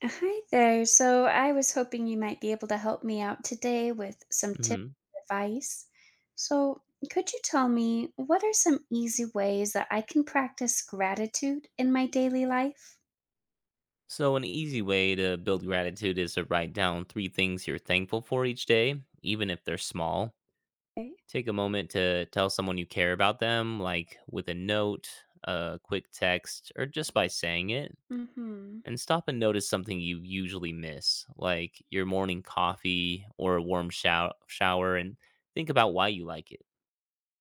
Hi there. So I was hoping you might be able to help me out today with some tips Hmm. and advice. So, could you tell me what are some easy ways that I can practice gratitude in my daily life? So, an easy way to build gratitude is to write down three things you're thankful for each day, even if they're small. Okay. Take a moment to tell someone you care about them, like with a note, a quick text, or just by saying it. Mm-hmm. And stop and notice something you usually miss, like your morning coffee or a warm shower, and think about why you like it.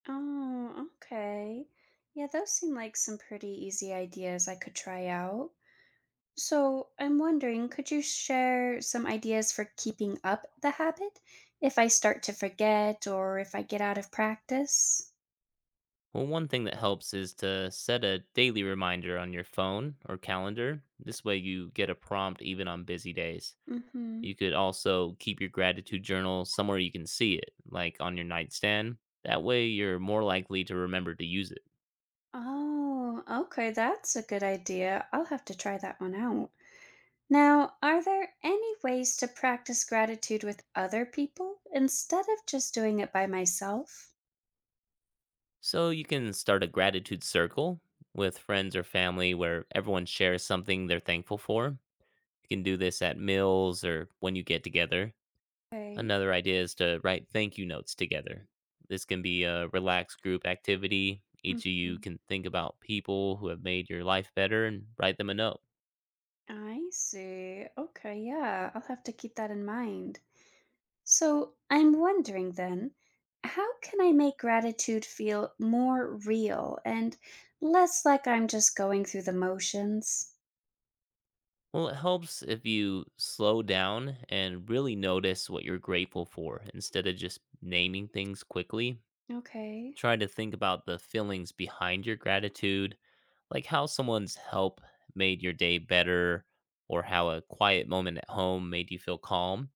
Oh, okay. Yeah, those seem like some pretty easy ideas I could try out. So, I'm wondering, could you share some ideas for keeping up the habit if I start to forget or if I get out of practice? Well, one thing that helps is to set a daily reminder on your phone or calendar. This way, you get a prompt even on busy days. Mm-hmm. You could also keep your gratitude journal somewhere you can see it, like on your nightstand. That way, you're more likely to remember to use it. Oh, okay, that's a good idea. I'll have to try that one out. Now, are there any ways to practice gratitude with other people instead of just doing it by myself? So, you can start a gratitude circle with friends or family where everyone shares something they're thankful for. You can do this at meals or when you get together. Okay. Another idea is to write thank you notes together. This can be a relaxed group activity. Each of you Hmm. can think about people who have made your life better and write them a note. I see. Okay, yeah, I'll have to keep that in mind. So, I'm wondering then, how can I make gratitude feel more real and less like I'm just going through the motions? Well, it helps if you slow down and really notice what you're grateful for instead of just naming things quickly. Okay. Try to think about the feelings behind your gratitude, like how someone's help made your day better, or how a quiet moment at home made you feel calm,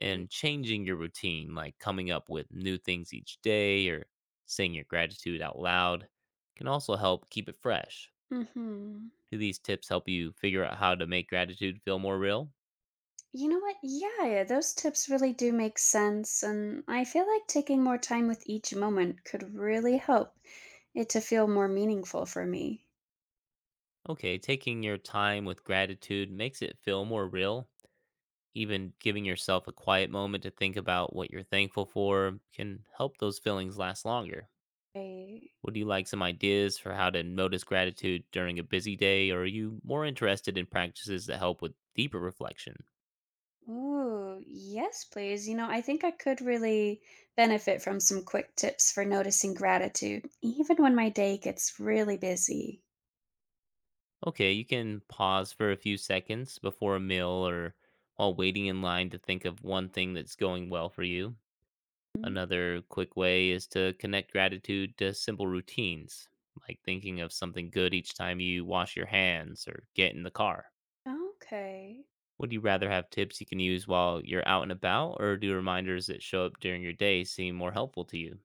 and changing your routine, like coming up with new things each day or saying your gratitude out loud, can also help keep it fresh. Mm-hmm. Do these tips help you figure out how to make gratitude feel more real? You know what? Yeah, those tips really do make sense. And I feel like taking more time with each moment could really help it to feel more meaningful for me. Okay, taking your time with gratitude makes it feel more real. Even giving yourself a quiet moment to think about what you're thankful for can help those feelings last longer. I, Would you like some ideas for how to notice gratitude during a busy day, or are you more interested in practices that help with deeper reflection? ooh, yes, please. You know, I think I could really benefit from some quick tips for noticing gratitude, even when my day gets really busy. Okay, you can pause for a few seconds before a meal or while waiting in line to think of one thing that's going well for you. Mm. Another quick way is to connect gratitude to simple routines, like thinking of something good each time you wash your hands or get in the car. Okay. Would you rather have tips you can use while you're out and about, or do reminders that show up during your day seem more helpful to you?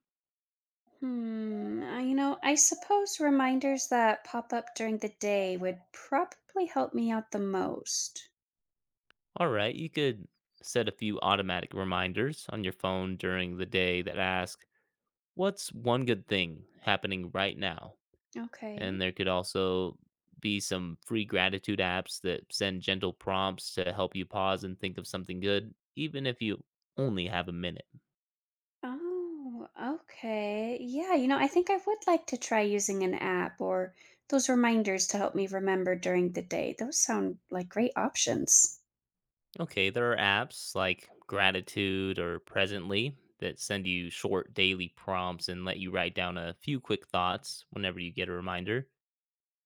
Hmm. You know, I suppose reminders that pop up during the day would probably help me out the most. All right, you could set a few automatic reminders on your phone during the day that ask, "What's one good thing happening right now?" Okay. And there could also be some free gratitude apps that send gentle prompts to help you pause and think of something good, even if you only have a minute. Oh, okay. Yeah, you know, I think I would like to try using an app or those reminders to help me remember during the day. Those sound like great options. Okay, there are apps like Gratitude or Presently that send you short daily prompts and let you write down a few quick thoughts whenever you get a reminder.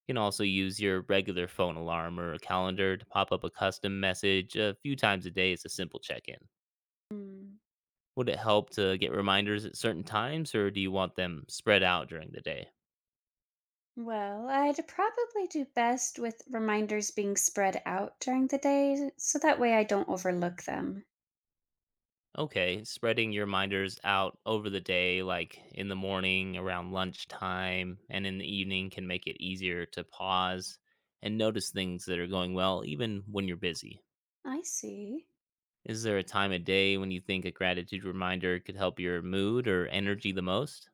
You can also use your regular phone alarm or a calendar to pop up a custom message a few times a day as a simple check in. Hmm. Would it help to get reminders at certain times, or do you want them spread out during the day? Well, I'd probably do best with reminders being spread out during the day so that way I don't overlook them. Okay, spreading your reminders out over the day, like in the morning, around lunchtime, and in the evening, can make it easier to pause and notice things that are going well, even when you're busy. I see. Is there a time of day when you think a gratitude reminder could help your mood or energy the most?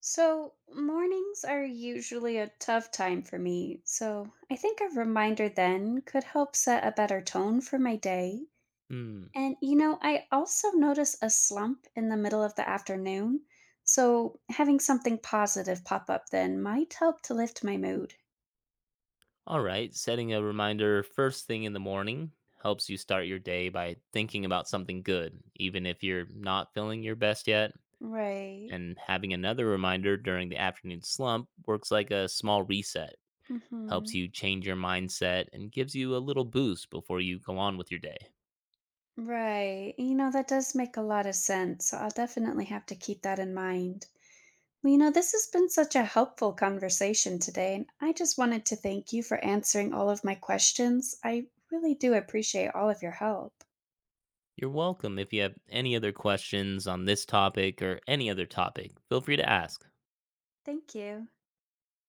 So, mornings are usually a tough time for me, so I think a reminder then could help set a better tone for my day. Hmm. And you know, I also notice a slump in the middle of the afternoon, so having something positive pop up then might help to lift my mood. All right, setting a reminder first thing in the morning helps you start your day by thinking about something good, even if you're not feeling your best yet. Right. And having another reminder during the afternoon slump works like a small reset, helps Mhm. you change your mindset, and gives you a little boost before you go on with your day. Right. You know, that does make a lot of sense. So I'll definitely have to keep that in mind. Well, you know, this has been such a helpful conversation today, and I just wanted to thank you for answering all of my questions. I really do appreciate all of your help. You're welcome. If you have any other questions on this topic or any other topic, feel free to ask. Thank you.